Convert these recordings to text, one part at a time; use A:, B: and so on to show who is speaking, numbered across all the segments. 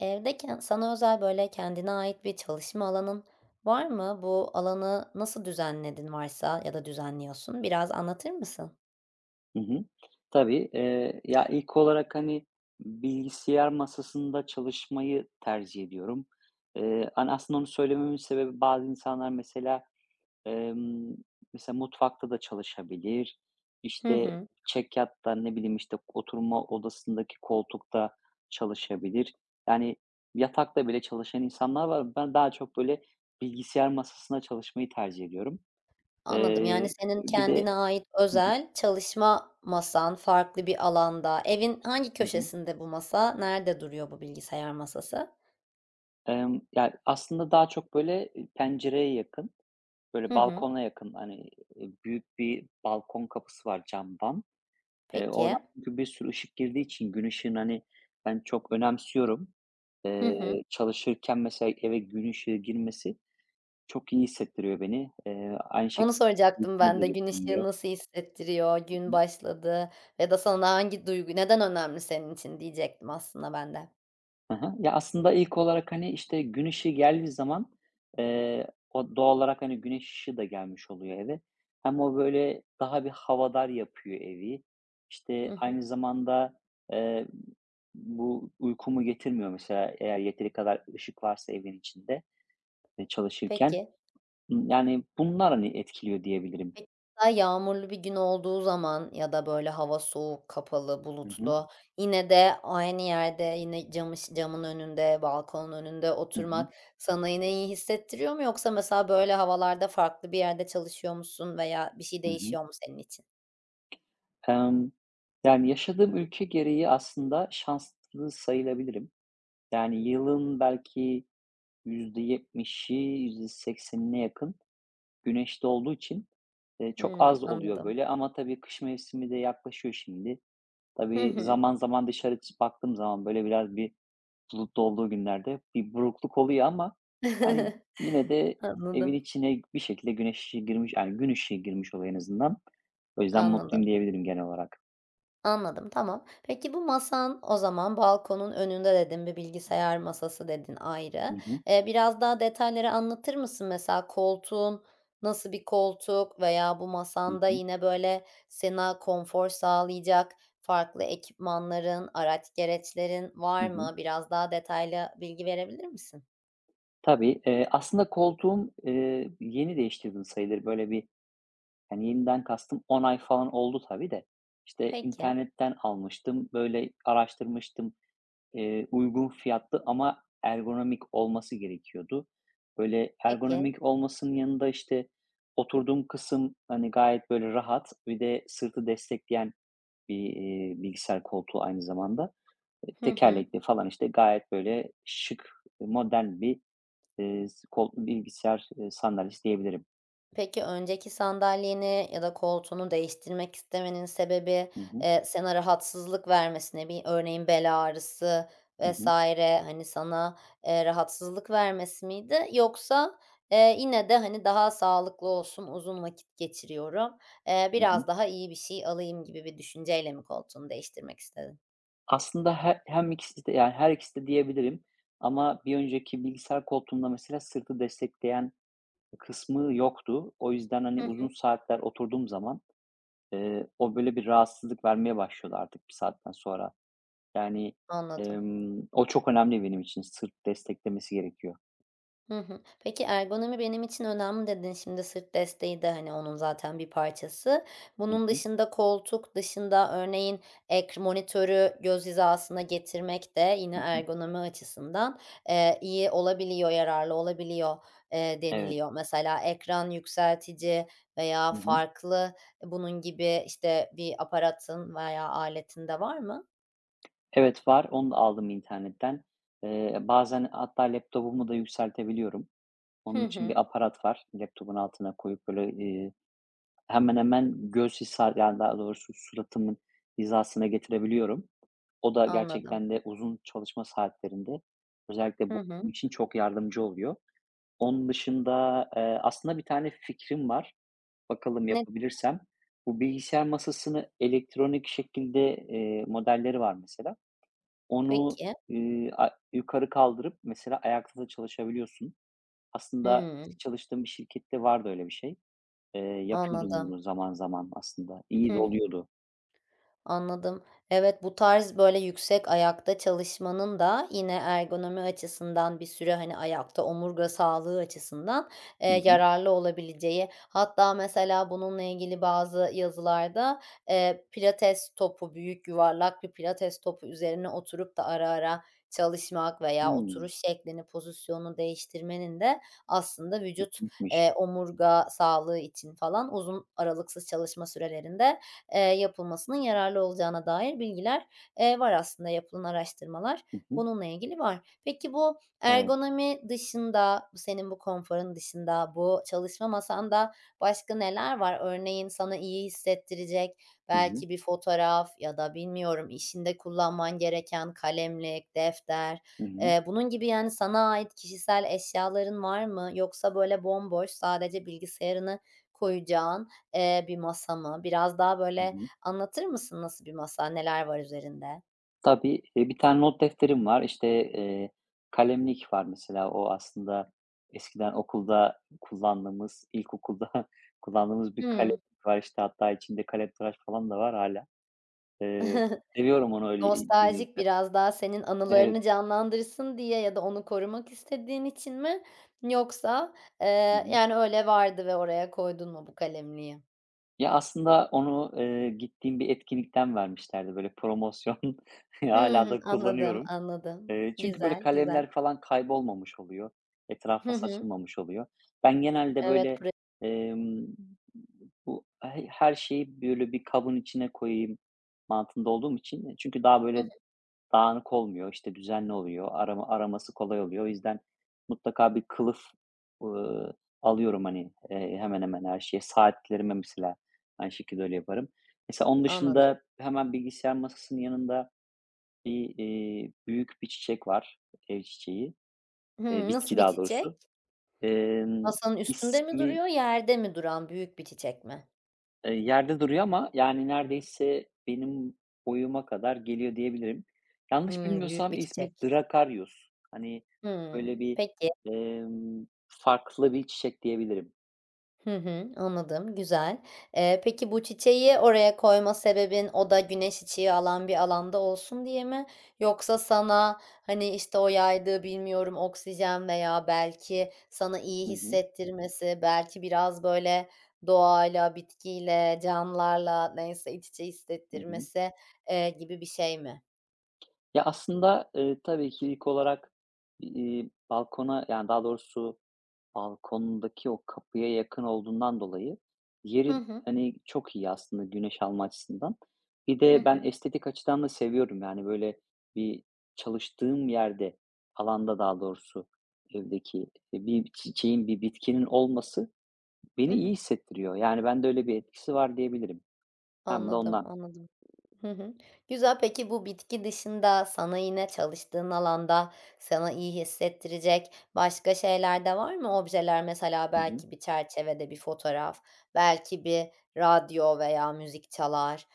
A: Evde ken sana özel, böyle, kendine ait bir çalışma alanın var mı? Bu alanı nasıl düzenledin varsa ya da düzenliyorsun, biraz anlatır mısın?
B: Hı hı. Tabii, ya, ilk olarak, hani, bilgisayar masasında çalışmayı tercih ediyorum. Hani, aslında onu söylememin sebebi bazı insanlar mesela Emm, mesela mutfakta da çalışabilir.
A: Hı
B: İşte,
A: hı.
B: çekyatta, ne bileyim, işte, oturma odasındaki koltukta çalışabilir. Yani, yatakta bile çalışan insanlar var. Ben daha çok, böyle, bilgisayar masasında çalışmayı tercih ediyorum.
A: Anladım. Yani, senin
B: Bir de
A: kendine ait
B: Hı hı.
A: özel çalışma masan farklı bir alanda. Evin hangi
B: Hı hı.
A: köşesinde bu masa? Nerede duruyor bu bilgisayar masası?
B: Ya, aslında daha çok, böyle, pencereye yakın, böyle,
A: Hı hı.
B: balkona yakın, hani, büyük bir balkon kapısı var camdan. Oradan
A: Peki.
B: çünkü bir sürü ışık girdiği için gün ışığını, hani, ben çok önemsiyorum.
A: Hı hı.
B: Çalışırken mesela eve gün ışığı girmesi çok iyi hissettiriyor beni. Aynı
A: Onu
B: şekilde
A: soracaktım
B: uykumu
A: ben
B: da
A: de. Gün ışığı
B: getirmiyor.
A: nasıl hissettiriyor? Gün başladı ya da sana hangi duygu neden önemli senin için diyecektim aslında ben de.
B: Hı hı. Ya, aslında ilk olarak, hani, işte, gün ışığı geldiği zaman, o doğal olarak, hani, güneş ışığı da gelmiş oluyor eve. Hem o, böyle, daha bir havadar yapıyor evi.
A: Hı
B: İşte,
A: hı.
B: aynı zamanda, eee, bu uykumu getirmiyor mesela eğer yeteri kadar ışık varsa evin içinde ve çalışırken.
A: Peki.
B: Yani, bunlar, hani, etkiliyor diyebilirim.
A: Peki, mesela yağmurlu bir gün olduğu zaman ya da böyle hava soğuk, kapalı,
B: Hı hı.
A: bulutlu yine de aynı yerde yine camın önünde, balkonun önünde
B: Hı hı.
A: oturmak sana yine iyi hissettiriyor mu? Yoksa mesela böyle havalarda farklı bir yerde çalışıyor musun veya bir şey
B: Hı hı.
A: değişiyor mu senin için?
B: Emm, yani, yaşadığım ülke gereği aslında şanslı sayılabilirim. Yani, yılın belki %70'i, %80'ine yakın güneşte olduğu için, çok
A: Hımm,
B: az oluyor
A: anladım.
B: böyle ama tabii kış mevsimi de yaklaşıyor şimdi.
A: Hı
B: Tabii
A: hı.
B: zaman zaman dışarı baktığım zaman böyle biraz bir bulutlu olduğu günlerde bir burukluk oluyor ama, yani, yine de evin
A: Anladım,
B: içine bir şekilde güneş girmiş, yani, gün ışığı girmiş oluyor en azından. O yüzden
A: anladım.
B: mutluyum diyebilirim genel olarak.
A: Anladım, tamam. Peki bu masan o zaman balkonun önünde dedin, bir bilgisayar masası dedin
B: Hı
A: ayrı.
B: hı.
A: Biraz daha detayları anlatır mısın? Mesela koltuğun nasıl bir koltuk veya bu
B: Hı
A: masanda
B: hı.
A: yine böyle sana konfor sağlayacak farklı ekipmanların, araç gereçlerin
B: Hı
A: var
B: hı.
A: mı? Biraz daha detaylı bilgi verebilir misin?
B: Tabii, aslında koltuğum, yeni değiştirdim sayılır. Böyle bir Yani, yeniden kastım 10 ay falan oldu tabii de. İşte,
A: Peki,
B: internetten almıştım, böyle araştırmıştım. Uygun fiyatlı ama ergonomik olması gerekiyordu. Böyle
A: peki.
B: ergonomik olmasının yanında, işte, oturduğum kısım, hani, gayet böyle rahat, bir de sırtı destekleyen bir, bilgisayar koltuğu aynı zamanda. Eee,
A: Hı hı.
B: tekerlekli falan, işte, gayet böyle şık, modern bir, kol bilgisayar, sandalyesi diyebilirim.
A: Peki, önceki sandalyeni ya da koltuğunu değiştirmek istemenin sebebi,
B: Hı hı.
A: sana rahatsızlık vermesine, bir örneğin bel ağrısı
B: Hı hı.
A: vesaire hani, sana, rahatsızlık vermesi miydi? Yoksa, yine de, hani, daha sağlıklı olsun, uzun vakit geçiriyorum,
B: Hı hı.
A: biraz daha iyi bir şey alayım gibi bir düşünceyle mi koltuğunu değiştirmek istedin?
B: Aslında hem ikisi de, yani, her ikisi de diyebilirim ama bir önceki bilgisayar koltuğumda mesela sırtı destekleyen kısmı yoktu. O yüzden, hani,
A: Hı
B: uzun
A: hı,
B: saatler oturduğum zaman, o böyle bir rahatsızlık vermeye başlıyordu artık bir saatten sonra. Yani,
A: anladım.
B: o çok önemli benim için. Sırt desteklemesi gerekiyor.
A: Hı hı. Peki, ergonomi benim için önemli dedin. Şimdi sırt desteği de, hani, onun zaten bir parçası.
B: Hı
A: Bunun
B: hı.
A: dışında koltuk dışında örneğin ek monitörü göz hizasına getirmek de yine
B: Hı hı.
A: ergonomi açısından, iyi olabiliyor, yararlı olabiliyor,
B: Evet.
A: deniliyor. Mesela ekran yükseltici veya
B: Hı hı.
A: farklı bunun gibi, işte, bir aparatın veya aletin de var mı?
B: Evet, var. Onu da aldım internetten. Bazen hatta laptopumu da yükseltebiliyorum.
A: Hı
B: Onun için bir
A: hı.
B: aparat var. Laptopun altına koyup böyle, hemen hemen göz hizar yani daha doğrusu suratımın hizasına getirebiliyorum. O da
A: Anladım.
B: gerçekten de uzun çalışma saatlerinde özellikle
A: Hı
B: bu
A: hı.
B: benim için çok yardımcı oluyor. Onun dışında, aslında bir tane fikrim var. Bakalım
A: Ne
B: yapabilirsem. Bu bilgisayar masasını elektronik şekilde, modelleri var mesela. Onu,
A: Peki.
B: a yukarı kaldırıp mesela ayakta da çalışabiliyorsun. Aslında
A: Hımm.
B: eski çalıştığım bir şirkette vardı öyle bir şey. Eee, yapıyordum
A: Anladım.
B: bunu zaman zaman aslında. İyi
A: Hı
B: de
A: hı.
B: oluyordu.
A: Anladım. Evet, bu tarz, böyle, yüksek ayakta çalışmanın da yine ergonomi açısından bir süre, hani, ayakta omurga sağlığı açısından,
B: Hı hı.
A: yararlı olabileceği, hatta mesela bununla ilgili bazı yazılarda, pilates topu, büyük yuvarlak bir pilates topu üzerine oturup da ara ara çalışmak veya
B: Hımm.
A: oturuş şeklini, pozisyonunu değiştirmenin de aslında vücut,
B: İlginçmiş.
A: omurga sağlığı için falan uzun aralıksız çalışma sürelerinde yapılmasının yararlı olacağına dair bilgiler, var aslında yapılan araştırmalar
B: Hı hı.
A: bununla ilgili var. Peki bu
B: Evet.
A: ergonomi dışında, bu senin bu konforun dışında, bu çalışma masanda başka neler var? Örneğin sana iyi hissettirecek
B: Hı hı.
A: belki bir fotoğraf ya da bilmiyorum işinde kullanman gereken kalemlik, defter,
B: Hı hı.
A: bunun gibi yani sana ait kişisel eşyaların var mı? Yoksa böyle bomboş sadece bilgisayarını koyacağın bir masa mı? Biraz daha
B: Hı
A: böyle
B: hı.
A: anlatır mısın nasıl bir masa, neler var üzerinde?
B: Tabii, bir tane not defterim var. İşte, kalemlik var mesela. O aslında eskiden okulda kullandığımız, ilkokulda kullandığımız bir
A: Hımm.
B: kalemlik var. İşte, hatta içinde kalemtıraş falan da var hâlâ. Eee, seviyorum onu öyle.
A: Nostaljik biraz daha senin
B: Evet.
A: anılarını canlandırsın diye ya da onu korumak istediğin için mi yoksa,
B: Hı hı.
A: yani, öyle vardı ve oraya koydun mu bu kalemliği?
B: Ya, aslında onu, gittiğim bir etkinlikten vermişlerdi, böyle, promosyon.
A: Hımm.
B: Hala da
A: Anladım,
B: kullanıyorum.
A: anladım.
B: Çünkü, böyle,
A: Güzel, güzel.
B: kalemler falan kaybolmamış oluyor. Etrafa
A: Hı hı.
B: saçılmamış oluyor. Ben genelde,
A: Evet,
B: böyle,
A: pra
B: emm, bu her şeyi, böyle, bir kabın içine koyayım mantığında olduğum için çünkü daha,
A: Hı hı.
B: böyle, dağınık olmuyor, işte, düzenli oluyor, araması kolay oluyor. O yüzden mutlaka bir kılıf, ııı, alıyorum, hani, hemen hemen her şeye. Saatlerime mesela aynı şekilde öyle yaparım. Mesela onun
A: Anladım.
B: dışında hemen bilgisayar masasının yanında bir, büyük bir çiçek var, ev çiçeği,
A: Hımm. Nasıl
B: bitki
A: bir
B: daha
A: çiçek?
B: doğrusu. Emm,
A: Masanın üstünde mi
B: ismi
A: duruyor, yerde mi duran büyük bir çiçek mi?
B: Yerde duruyor ama yani neredeyse benim boyuma kadar geliyor diyebilirim. Yanlış
A: Hımm, büyük
B: bilmiyorsam
A: bir çiçek.
B: ismi Dracarius. Hani, böyle
A: Hımm.
B: bir,
A: Peki.
B: farklı bir çiçek diyebilirim.
A: Hı hı, anladım, güzel. Peki bu çiçeği oraya koyma sebebin o da güneş ışığı alan bir alanda olsun diye mi? Yoksa sana, hani, işte, o yaydığı, bilmiyorum, oksijen veya belki sana iyi
B: Hı hı.
A: hissettirmesi, belki biraz, böyle, doğayla, bitkiyle, canlılarla neyse iç içe
B: Hı hı.
A: hissettirmesi, gibi bir şey mi?
B: Ya, aslında, tabii ki ilk olarak, yani, daha doğrusu balkondaki o kapıya yakın olduğundan dolayı
A: Hı
B: yeri,
A: hı.
B: hani, çok iyi aslında güneş alma açısından. Bir
A: Hı
B: de ben
A: hı.
B: estetik açıdan da seviyorum. Yani, böyle, bir çalıştığım yerde, alanda daha doğrusu evdeki, bir çiçeğin, bir bitkinin olması
A: Hı
B: beni
A: hı.
B: iyi hissettiriyor. Yani, bende öyle bir etkisi var diyebilirim. Hem de
A: Anladım,
B: ondan.
A: anladım. Hı hı. Güzel. Peki bu bitki dışında sana yine çalıştığın alanda sana iyi hissettirecek başka şeyler de var mı? Objeler mesela
B: Hı hı.
A: belki bir çerçevede bir fotoğraf, belki bir radyo veya müzik çalar,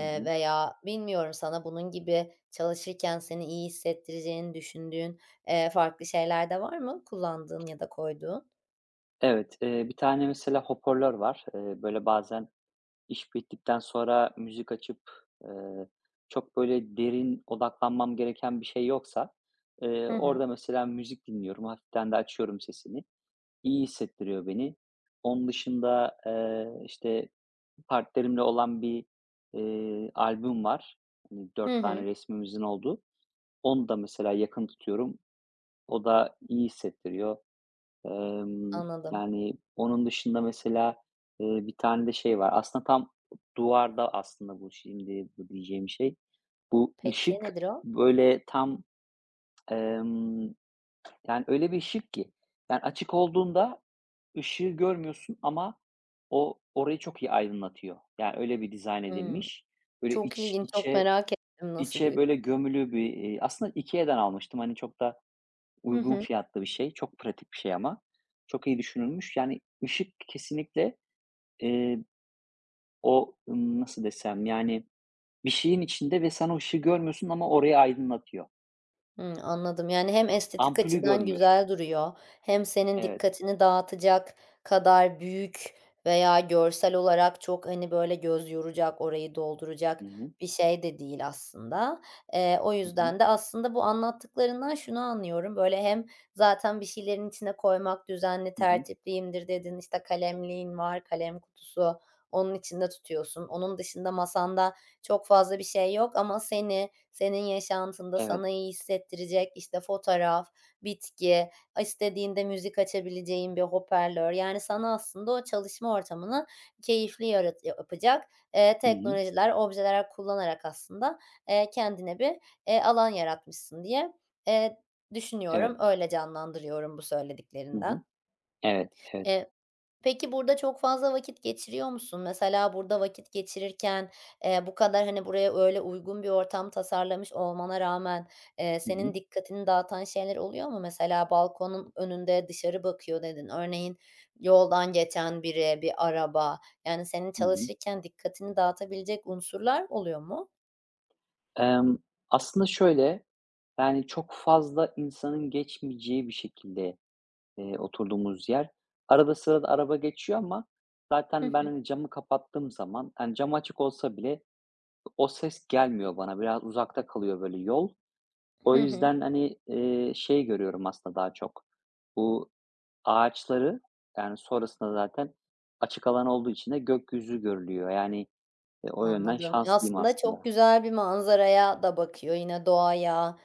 B: Hı hı.
A: veya bilmiyorum sana bunun gibi çalışırken seni iyi hissettireceğini düşündüğün, farklı şeyler de var mı kullandığın ya da koyduğun?
B: Evet, bir tane mesela hoparlör var. Böyle, bazen İş bittikten sonra müzik açıp, eee, çok böyle derin odaklanmam gereken bir şey yoksa,
A: Hı hı.
B: orada mesela müzik dinliyorum. Hafiften de açıyorum sesini. İyi hissettiriyor beni. Onun dışında, işte, partnerimle olan bir, albüm var. Hani,
A: Hı
B: 4 tane
A: hı.
B: resmimizin olduğu. Onu da mesela yakın tutuyorum. O da iyi hissettiriyor. Emm,
A: Anladım.
B: yani, onun dışında mesela, bir tane de şey var. Aslında tam duvarda aslında bu şimdi bu diyeceğim şey. Bu
A: Peki,
B: ışık,
A: nedir o?
B: böyle, tam, emm, yani, öyle bir ışık ki, yani, açık olduğunda ışığı görmüyorsun ama o orayı çok iyi aydınlatıyor. Yani, öyle bir dizayn
A: Hımm.
B: edilmiş. Böyle
A: Çok
B: iç
A: ilginç, çok
B: içe
A: merak ettim nasıl
B: içe
A: bir.
B: böyle gömülü bir, aslında IKEA'dan almıştım. Hani, çok da
A: Hı
B: uygun
A: hı.
B: fiyatlı bir şey, çok pratik bir şey ama. Çok iyi düşünülmüş. Yani, ışık kesinlikle, eee, o, nasıl desem, yani, bir şeyin içinde ve sen o ışığı görmüyorsun ama orayı aydınlatıyor.
A: Hımm, anladım. Yani hem estetik
B: Ampulü
A: açıdan
B: görmüyorsun.
A: güzel duruyor hem senin
B: Evet.
A: dikkatini dağıtacak kadar büyük veya görsel olarak çok, hani, böyle, göz yoracak, orayı dolduracak
B: Hı hı.
A: bir şey de değil aslında. O
B: Hı hı.
A: yüzden de aslında bu anlattıklarından şunu anlıyorum: Böyle, hem zaten bir şeylerin içine koymak, düzenli,
B: Hı hı.
A: tertipliyimdir dedin, işte, kalemliğin var, kalem kutusu, onun içinde tutuyorsun. Onun dışında masanda çok fazla bir şey yok ama seni, senin yaşantında
B: Evet.
A: sana iyi hissettirecek, işte, fotoğraf, bitki, istediğinde müzik açabileceğin bir hoparlör, yani, sana aslında o çalışma ortamını keyifli yapacak,
B: Hı hı.
A: teknolojiler, objeler kullanarak aslında, kendine bir, alan yaratmışsın diye, eee,
B: Evet.
A: düşünüyorum. Öyle canlandırıyorum bu
B: Hı hı.
A: söylediklerinden.
B: Evet, evet.
A: Eee Peki, burada çok fazla vakit geçiriyor musun? Mesela burada vakit geçirirken, bu kadar, hani, buraya öyle uygun bir ortam tasarlamış olmana rağmen,
B: Hı
A: senin
B: hı.
A: dikkatini dağıtan şeyler oluyor mu? Mesela balkonun önünde "Dışarı bakıyor." dedin. Örneğin yoldan geçen biri, bir araba. Yani senin
B: Hı hı.
A: çalışırken dikkatini dağıtabilecek unsurlar oluyor mu?
B: Emm, aslında şöyle, yani, çok fazla insanın geçmeyeceği bir şekilde oturduğumuz yer. Arada sırada araba geçiyor ama
A: Hı
B: zaten ben,
A: hı.
B: hani, camı kapattığım zaman, hani, cam açık olsa bile o ses gelmiyor bana. Biraz uzakta kalıyor böyle yol. O
A: Hı hı.
B: yüzden, hani, şey görüyorum aslında daha çok. Bu ağaçları, yani, sonrasında zaten açık alan olduğu için de gökyüzü görülüyor. Yani, o yönden
A: Anladım. Ya,
B: şanslıyım
A: aslında çok
B: aslında.
A: güzel bir manzaraya da bakıyor. Yine doğaya,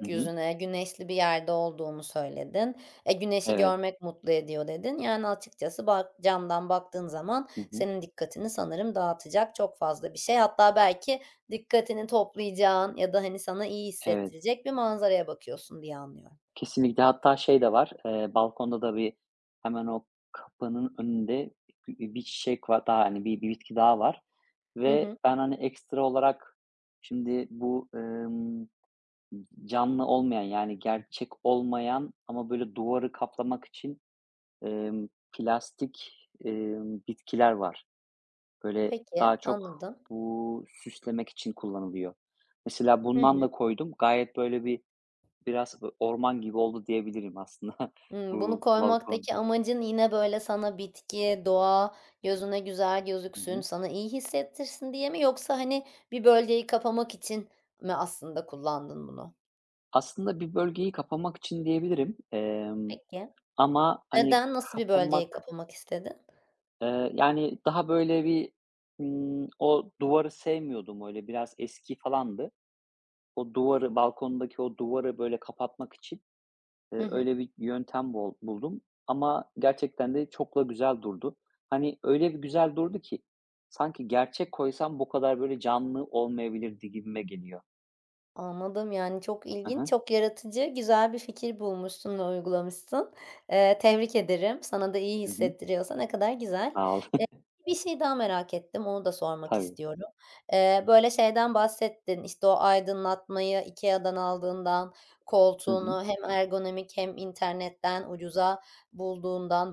B: Hı hı.
A: güneşli bir yerde olduğunu söyledin. E, güneşi
B: Evet.
A: görmek mutlu ediyor dedin. Yani açıkçası bak camdan baktığın zaman
B: Hı hı.
A: senin dikkatini sanırım dağıtacak çok fazla bir şey. Hatta belki dikkatini toplayacağın ya da, hani, sana iyi
B: Evet.
A: hissettirecek bir manzaraya bakıyorsun diye anlıyorum.
B: Kesinlikle. Hatta şey de var, balkonda da bir hemen o kapının önünde bir çiçek var daha, hani, bir bitki daha var
A: Hı
B: ve
A: hı.
B: ben, hani, ekstra olarak şimdi bu, canlı olmayan, yani, gerçek olmayan ama böyle duvarı kaplamak için, emm, plastik, bitkiler var. Böyle daha
A: Peki,
B: çok
A: anladım.
B: bu süslemek için kullanılıyor. Mesela
A: Hı
B: bundan
A: hı.
B: da koydum. Gayet böyle bir Biraz orman gibi oldu diyebilirim aslında
A: Bunu
B: bu balkon.
A: koymaktaki amacın yine, böyle, sana bitki, doğa gözüne güzel
B: Hı
A: gözüksün,
B: hı.
A: sana iyi hissettirsin diye mi yoksa, hani, bir bölgeyi kapamak için mi aslında kullandın bunu?
B: Aslında bir bölgeyi kapamak için diyebilirim,
A: Peki.
B: ama, hani,
A: Neden, nasıl bir bölgeyi
B: kapamak,
A: kapamak istedin?
B: yani, daha böyle bir, o duvarı sevmiyordum, öyle biraz eski falandı. O duvarı, balkondaki o duvarı böyle kapatmak için,
A: Hı hı.
B: öyle bir yöntem bol buldum ama gerçekten de çok da güzel durdu. Hani, öyle bir güzel durdu ki sanki gerçek koysam bu kadar böyle canlı olmayabilirdi gibime geliyor.
A: Anladım, yani, çok
B: Hı
A: ilginç,
B: hı.
A: çok yaratıcı, güzel bir fikir bulmuşsun ve uygulamışsın. Tebrik ederim. Sana da iyi
B: Hı hı.
A: hissettiriyorsa ne kadar güzel.
B: Sağ ol.
A: Eee, Bir şey daha merak ettim, onu da sormak
B: Tabii.
A: istiyorum. Böyle, şeyden bahsettin, işte, o aydınlatmayı IKEA'dan aldığından,
B: Hı hı.
A: koltuğunu hem ergonomik hem internetten ucuza bulduğundan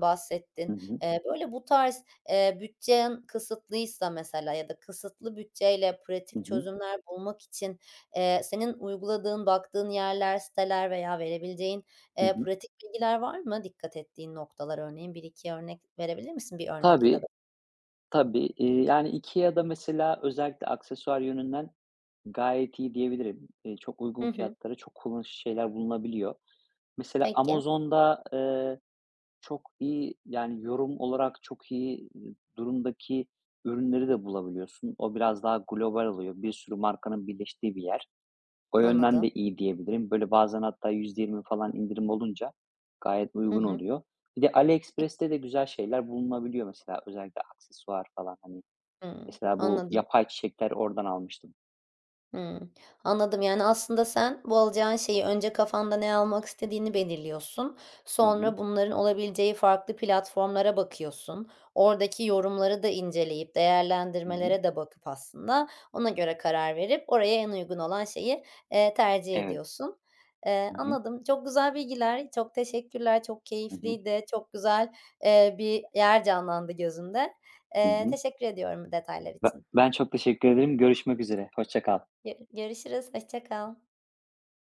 B: Hı
A: bahsettin.
B: hı.
A: Böyle, bu tarz, bütçen kısıtlıysa mesela ya da kısıtlı bütçeyle
B: Hı
A: pratik
B: hı.
A: çözümler bulmak için senin uyguladığın, baktığın yerler, siteler veya verebileceğin,
B: Hı hı.
A: pratik bilgiler var mı dikkat ettiğin noktalar? Örneğin bir iki örnek verebilir misin? Bir örnek ya da 5.
B: Tabii, tabii. Yani, IKEA'da mesela özellikle aksesuar yönünden gayet iyi diyebilirim. Çok
A: Hı
B: uygun
A: hı.
B: fiyatlara çok kullanışlı şeyler bulunabiliyor. Mesela
A: Peki,
B: Amazon'da, çok iyi, yani, yorum olarak çok iyi, durumdaki ürünleri de bulabiliyorsun. O biraz daha global oluyor. Bir sürü markanın birleştiği bir yer. O yönden de
A: anladım.
B: iyi diyebilirim. Böyle bazen hatta %20 falan indirim olunca gayet
A: Hı
B: uygun
A: hı.
B: oluyor. Bir de
A: Peki.
B: AliExpress'te de güzel şeyler bulunabiliyor mesela özellikle aksesuar falan hani.
A: Hımm,
B: Mesela bu
A: anladım.
B: yapay çiçekler oradan almıştım.
A: Hımm. Anladım. Yani, aslında sen bu alacağın şeyi önce kafanda ne almak istediğini belirliyorsun.
B: Hı hı.
A: Sonra bunların olabileceği farklı platformlara bakıyorsun. Oradaki yorumları da inceleyip,
B: Hı hı.
A: değerlendirmelere de bakıp aslında ona göre karar verip oraya en uygun olan şeyi, tercih
B: Evet.
A: ediyorsun.
B: Hı hı.
A: Anladım. Çok güzel bilgiler. Çok teşekkürler. Çok
B: Hı hı.
A: keyifliydi. Çok güzel, bir yer canlandı gözümde.
B: Hı hı.
A: Teşekkür ediyorum detaylar
B: Be
A: için.
B: ben çok teşekkür ederim. Görüşmek üzere. Hoşça kal.
A: Görüşürüz. Hoşça kal.